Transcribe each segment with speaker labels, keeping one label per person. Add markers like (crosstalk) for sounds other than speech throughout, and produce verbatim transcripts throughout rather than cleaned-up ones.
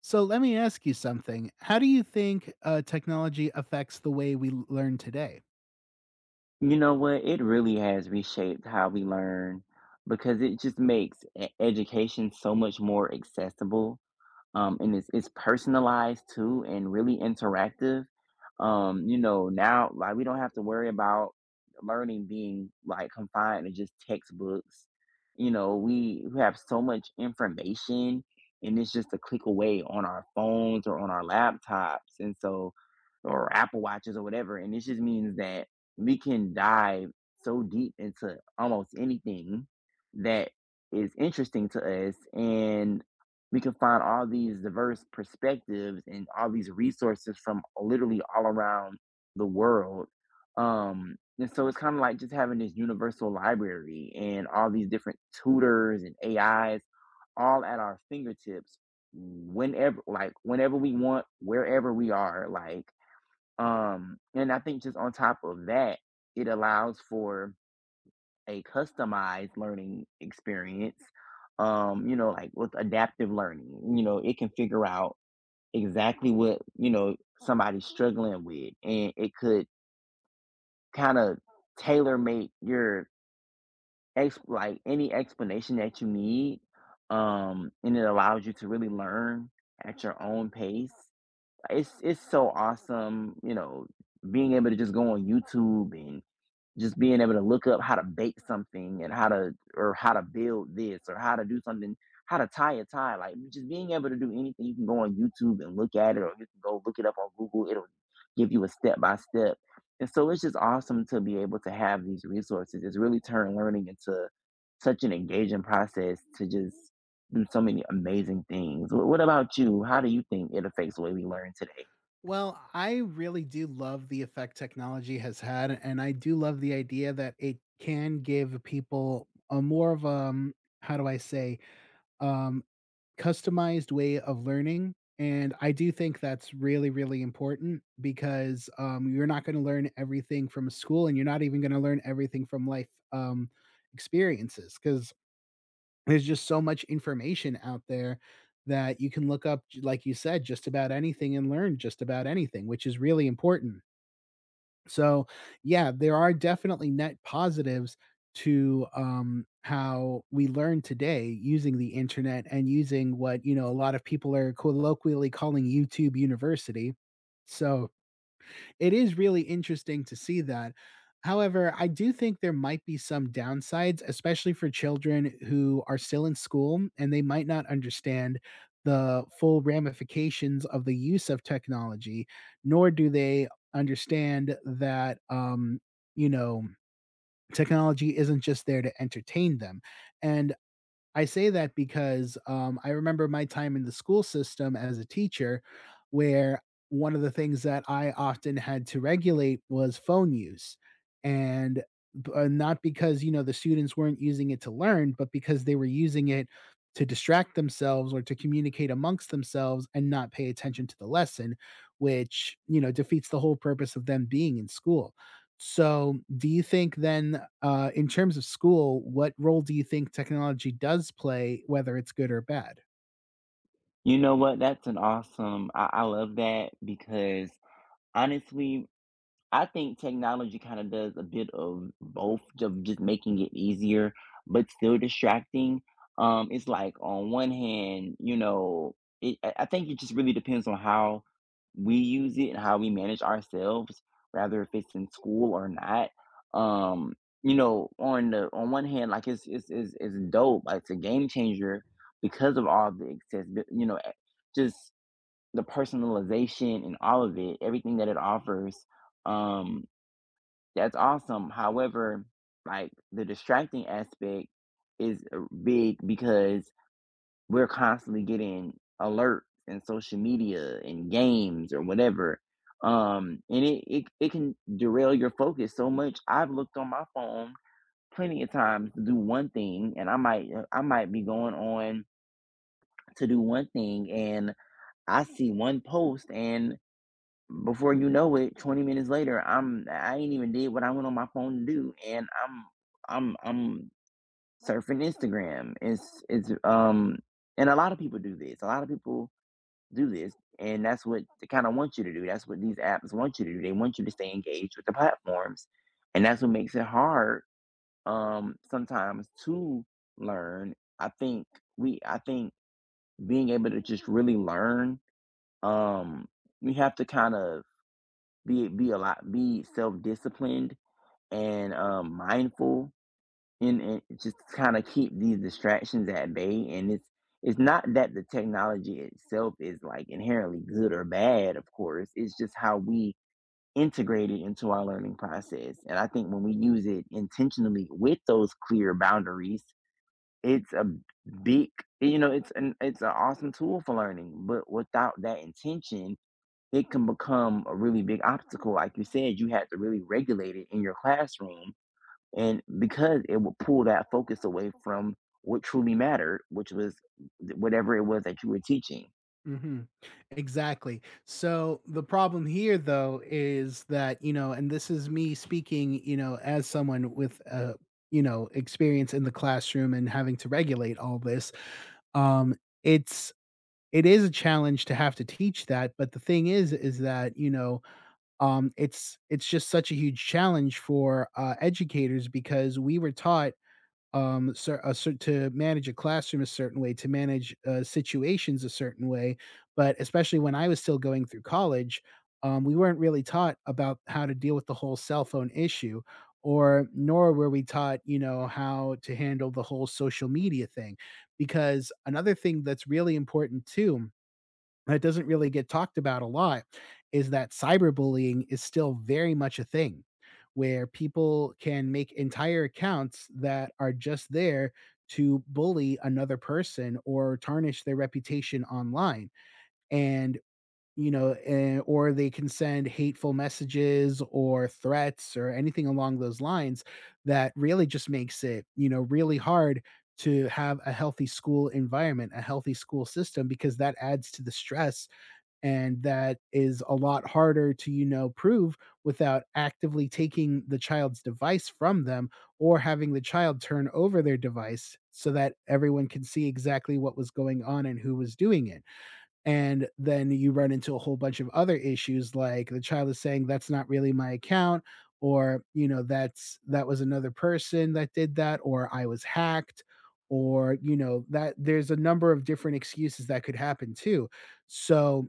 Speaker 1: So let me ask you something. How do you think uh, technology affects the way we l- learn today?
Speaker 2: You know what? It really has reshaped how we learn because it just makes e education so much more accessible, um, and it's it's personalized too and really interactive. Um, you know, now like we don't have to worry about learning being like confined to just textbooks. You know, we we have so much information, and it's just a click away on our phones or on our laptops and so, or Apple Watches or whatever. And it just means that we can dive so deep into almost anything that is interesting to us, and we can find all these diverse perspectives and all these resources from literally all around the world. Um, and so it's kind of like just having this universal library and all these different tutors and A Is all at our fingertips, whenever like whenever we want, wherever we are. Like um, and I think just on top of that, it allows for a customized learning experience. Um, you know, like with adaptive learning, you know, it can figure out exactly what, you know, somebody's struggling with, and it could kind of tailor make your ex like any explanation that you need. Um, and it allows you to really learn at your own pace. It's it's so awesome, you know, being able to just go on YouTube and just being able to look up how to bake something and how to, or how to build this, or how to do something, how to tie a tie. Like just being able to do anything, you can go on YouTube and look at it, or you can go look it up on Google. It'll give you a step by step. And so it's just awesome to be able to have these resources. It's really turned learning into such an engaging process to just do so many amazing things. Wh- What about you? How do you think it affects the way we learn today?
Speaker 1: Well, I really do love the effect technology has had, and I do love the idea that it can give people a more of um how do I say um customized way of learning. And I do think that's really, really important because um, you're not going to learn everything from school and you're not even going to learn everything from life um, experiences. Because there's just so much information out there that you can look up, j like you said, just about anything and learn just about anything, which is really important. So, yeah, there are definitely net positives to, um, how we learn today using the internet and using what, you know, a lot of people are colloquially calling YouTube University. So it is really interesting to see that. However, I do think there might be some downsides, especially for children who are still in school and they might not understand the full ramifications of the use of technology, nor do they understand that, um, you know, technology isn't just there to entertain them. And I say that because, um, I remember my time in the school system as a teacher, where one of the things that I often had to regulate was phone use, and b uh, not because, you know, the students weren't using it to learn, but because they were using it to distract themselves or to communicate amongst themselves and not pay attention to the lesson, which, you know, defeats the whole purpose of them being in school. So, do you think then, uh, in terms of school, what role do you think technology does play, whether it's good or bad?
Speaker 2: You know what? That's an awesome. I, I love that because honestly, I think technology kinda does a bit of both of just making it easier, but still distracting. Um, it's like on one hand, you know, it I I think it just really depends on how we use it and how we manage ourselves, rather if it's in school or not. Um, you know, on the on one hand, like it's it's it's it's dope, like it's a game changer because of all the excess, you know, eh, just the personalization and all of it, everything that it offers. Um, that's awesome. However, like the distracting aspect is uh, big because we're constantly getting alerts and social media and games or whatever. Um, and it, it, it can derail your focus so much. I've looked on my phone plenty of times to do one thing, and I might I might be going on to do one thing, and I see one post, and before you know it, twenty minutes later, I'm I ain't even did what I went on my phone to do, and I'm I'm I'm surfing Instagram. It's it's um, And a lot of people do this. A lot of people do this, and that's what they kind of want you to do. That's what these apps want you to do. They want you to stay engaged with the platforms, and that's what makes it hard um sometimes to learn. I think we I think being able to just really learn, um we have to kind of be be a lot be self-disciplined and um mindful, and, and just kind of keep these distractions at bay. And it's it's not that the technology itself is like inherently good or bad, of course. It's just how we integrate it into our learning process, and I think when we use it intentionally with those clear boundaries, it's a big, you know, it's an it's an awesome tool for learning, but without that intention, it can become a really big obstacle. Like you said, you had to really regulate it in your classroom. And because it would pull that focus away from what truly mattered, which was th- whatever it was that you were teaching.
Speaker 1: Mhm. Exactly. So the problem here though is that, you know, and this is me speaking, you know, as someone with uh, you know, experience in the classroom and having to regulate all this, um, it's it is a challenge to have to teach that, but the thing is is that, you know, Um, it's it's just such a huge challenge for, uh, educators because we were taught, um, cer a cer to manage a classroom a certain way, to manage, uh, situations a certain way, but especially when I was still going through college, um, we weren't really taught about how to deal with the whole cell phone issue, or nor were we taught, you know, how to handle the whole social media thing, because another thing that's really important too that doesn't really get talked about a lot is that cyberbullying is still very much a thing where people can make entire accounts that are just there to bully another person or tarnish their reputation online, and you know, eh, or they can send hateful messages or threats or anything along those lines that really just makes it, you know, really hard to have a healthy school environment, a healthy school system, because that adds to the stress. And that is a lot harder to, you know, prove without actively taking the child's device from them or having the child turn over their device so that everyone can see exactly what was going on and who was doing it. And then you run into a whole bunch of other issues, like the child is saying that's not really my account, or you know, that's that was another person that did that, or I was hacked, or you know, that there's a number of different excuses that could happen too. So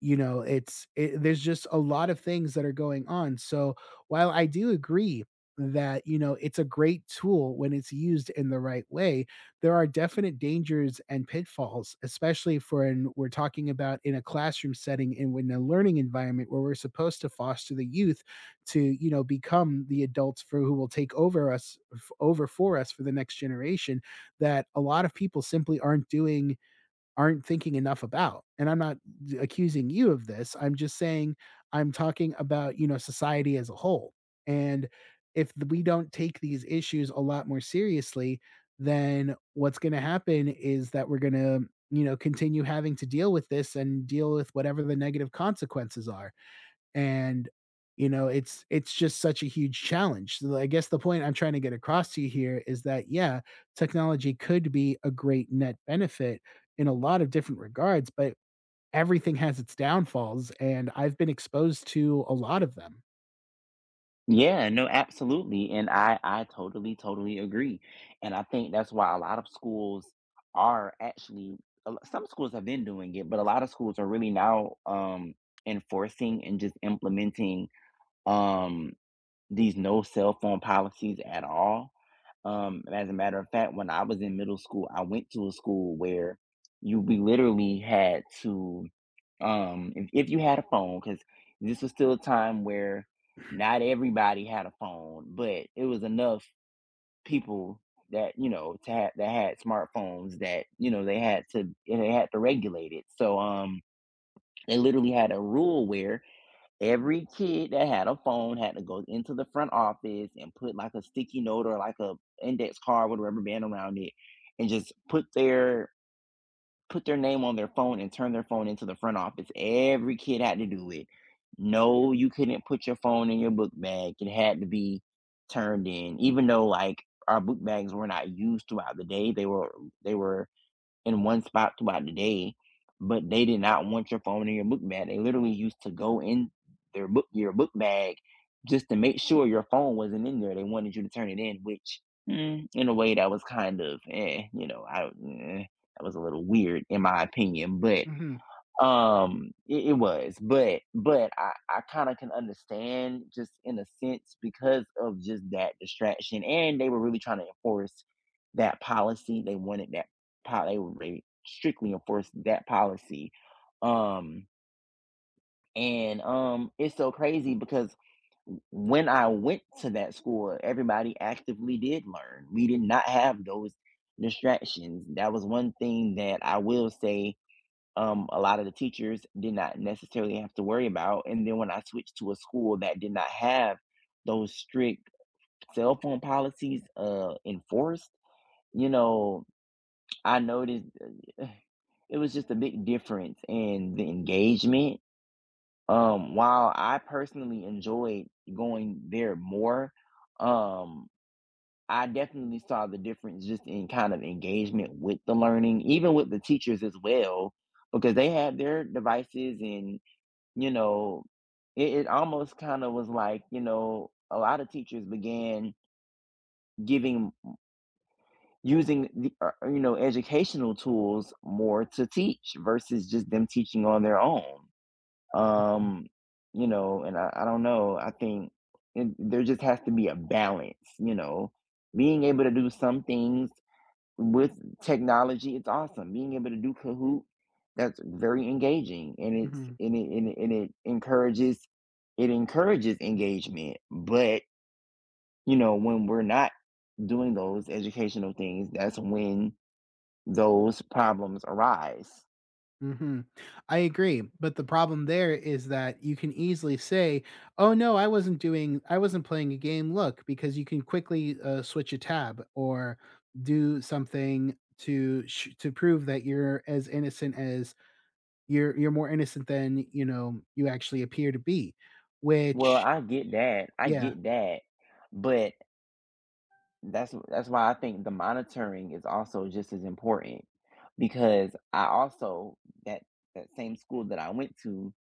Speaker 1: you know, it's it, there's just a lot of things that are going on. So while I do agree that, you know, it's a great tool when it's used in the right way, there are definite dangers and pitfalls, especially for when we're talking about in a classroom setting and in a learning environment where we're supposed to foster the youth to, you know, become the adults for who will take over us f- over for us for the next generation that a lot of people simply aren't doing aren't thinking enough about. And I'm not d- accusing you of this. I'm just saying I'm talking about, you know, society as a whole. And if th- we don't take these issues a lot more seriously, then what's going to happen is that we're going to, you know, continue having to deal with this and deal with whatever the negative consequences are. And you know, it's it's just such a huge challenge. So I guess the point I'm trying to get across to you here is that, yeah, technology could be a great net benefit in a lot of different regards, but everything has its downfalls and I've been exposed to a lot of them.
Speaker 2: Yeah, no, absolutely. And I, I totally, totally agree. And I think that's why a lot of schools are actually, a lo- some schools have been doing it, but a lot of schools are really now, um, enforcing and just implementing, um, these no cell phone policies at all. Um, and as a matter of fact, when I was in middle school, I went to a school where you we literally had to, um if, if you had a phone, because this was still a time where not everybody had a phone, but it was enough people that, you know, to have that had smartphones, that you know they had to they had to regulate it. So um they literally had a rule where every kid that had a phone had to go into the front office and put like a sticky note or like a index card with a rubber band around it, and just put their put their name on their phone and turn their phone into the front office. Every kid had to do it. No, you couldn't put your phone in your book bag. It had to be turned in. Even though like our book bags were not used throughout the day, they were they were in one spot throughout the day, but they did not want your phone in your book bag. They literally used to go in their book your book bag just to make sure your phone wasn't in there. They wanted you to turn it in, which mm, in a way that was kind of eh, you know, I don't- eh, that was a little weird in my opinion, but
Speaker 1: Mhm.
Speaker 2: um, it, it was, but but I I kind of can understand just in a sense because of just that distraction, and they were really trying to enforce that policy. They wanted that po- they were really strictly enforced that policy. Um, and um, It's so crazy because when I went to that school, everybody actively did learn. We did not have those distractions. That was one thing that I will say, um, a lot of the teachers did not necessarily have to worry about. And then when I switched to a school that did not have those strict cell phone policies uh, enforced, you know, I noticed, uh, (sighs) it was just a big difference in the engagement. Um, while I personally enjoyed going there more, um, I definitely saw the difference just in kind of engagement with the learning, even with the teachers as well, because they had their devices. And you know, it, it almost kind of was like, you know, a lot of teachers began giving, using the, uh, uh, you know, educational tools more to teach versus just them teaching on their own.
Speaker 1: Mhm.
Speaker 2: Um, you know, and I, I don't know, I think it, there just has to be a balance, you know, being able to do some things with technology. It's awesome. Being able to do Kahoot, that's very engaging, and it's
Speaker 1: Mhm.
Speaker 2: and it and it, and it encourages it encourages engagement. But you know, when we're not doing those educational things, that's when those problems arise.
Speaker 1: Hmm. I agree. But the problem there is that you can easily say, oh, no, I wasn't doing, I wasn't playing a game. Look, because you can quickly uh, switch a tab or do something to sh- to prove that you're as innocent as you're you're more innocent than you know you actually appear to be,
Speaker 2: Well,
Speaker 1: which,
Speaker 2: I get that. I
Speaker 1: yeah.
Speaker 2: get that. But that's that's why I think the monitoring is also just as important, because I also that that same school that I went to,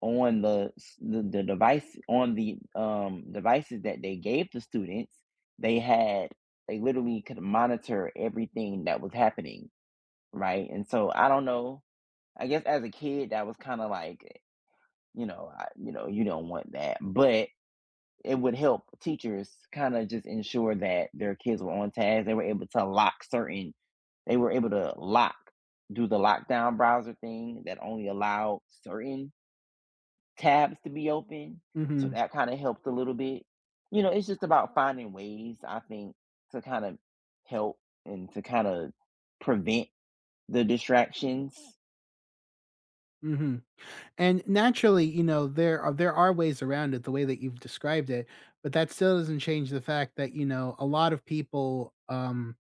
Speaker 2: on the s- the, the device on the um, devices that they gave the students, they had they literally could monitor everything that was happening, right? And so I don't know. I guess as a kid, that was kind of like, you know I, you know you don't want that, but it would help teachers kind of just ensure that their kids were on task. They were able to lock certain. They were able to lock, do the lockdown browser thing that only allowed certain tabs to be open, so
Speaker 1: Mhm.
Speaker 2: that kinda helped a little bit. You know, it's just about finding ways, I think, to kind of help and to kind of prevent the distractions.
Speaker 1: Mhm. And naturally, you know, there are there are ways around it the way that you've described it, but that still doesn't change the fact that, you know, a lot of people, um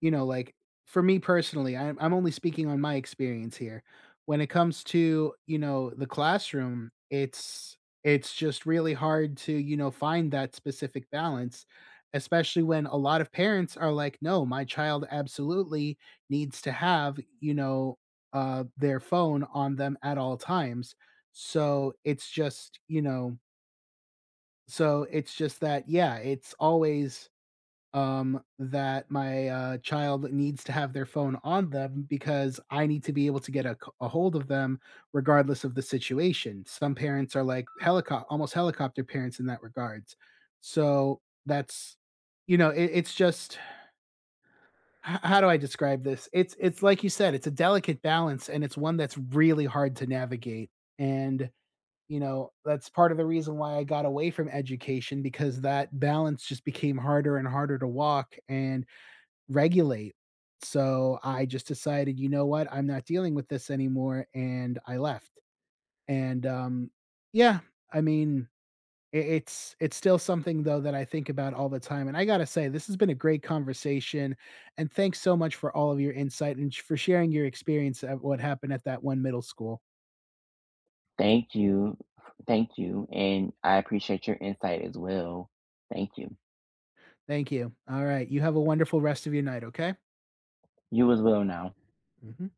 Speaker 1: you know, like, for me personally, I'm I'm only speaking on my experience here. When it comes to, you know, the classroom, it's it's just really hard to, you know, find that specific balance, especially when a lot of parents are like, "No, my child absolutely needs to have, you know, uh, their phone on them at all times." So, it's just, you know, so it's just that, yeah, it's always um, that my uh, child needs to have their phone on them because I need to be able to get a, c- a hold of them regardless of the situation. Some parents are like helicopter, almost helicopter parents in that regards. So that's, you know, it, it's just h- how do I describe this? It's it's like you said, it's a delicate balance, and it's one that's really hard to navigate. And you know, that's part of the reason why I got away from education, because that balance just became harder and harder to walk and regulate. So I just decided, you know what? I'm not dealing with this anymore, and I left. And um, yeah, I mean, I it's it's still something though that I think about all the time. And I gotta say, this has been a great conversation, and thanks so much for all of your insight and sh- for sharing your experience of what happened at that one middle school.
Speaker 2: Thank you. Thank you, and I appreciate your insight as well. Thank you.
Speaker 1: Thank you. All right, you have a wonderful rest of your night. Okay.
Speaker 2: You as well now.
Speaker 1: Mhm.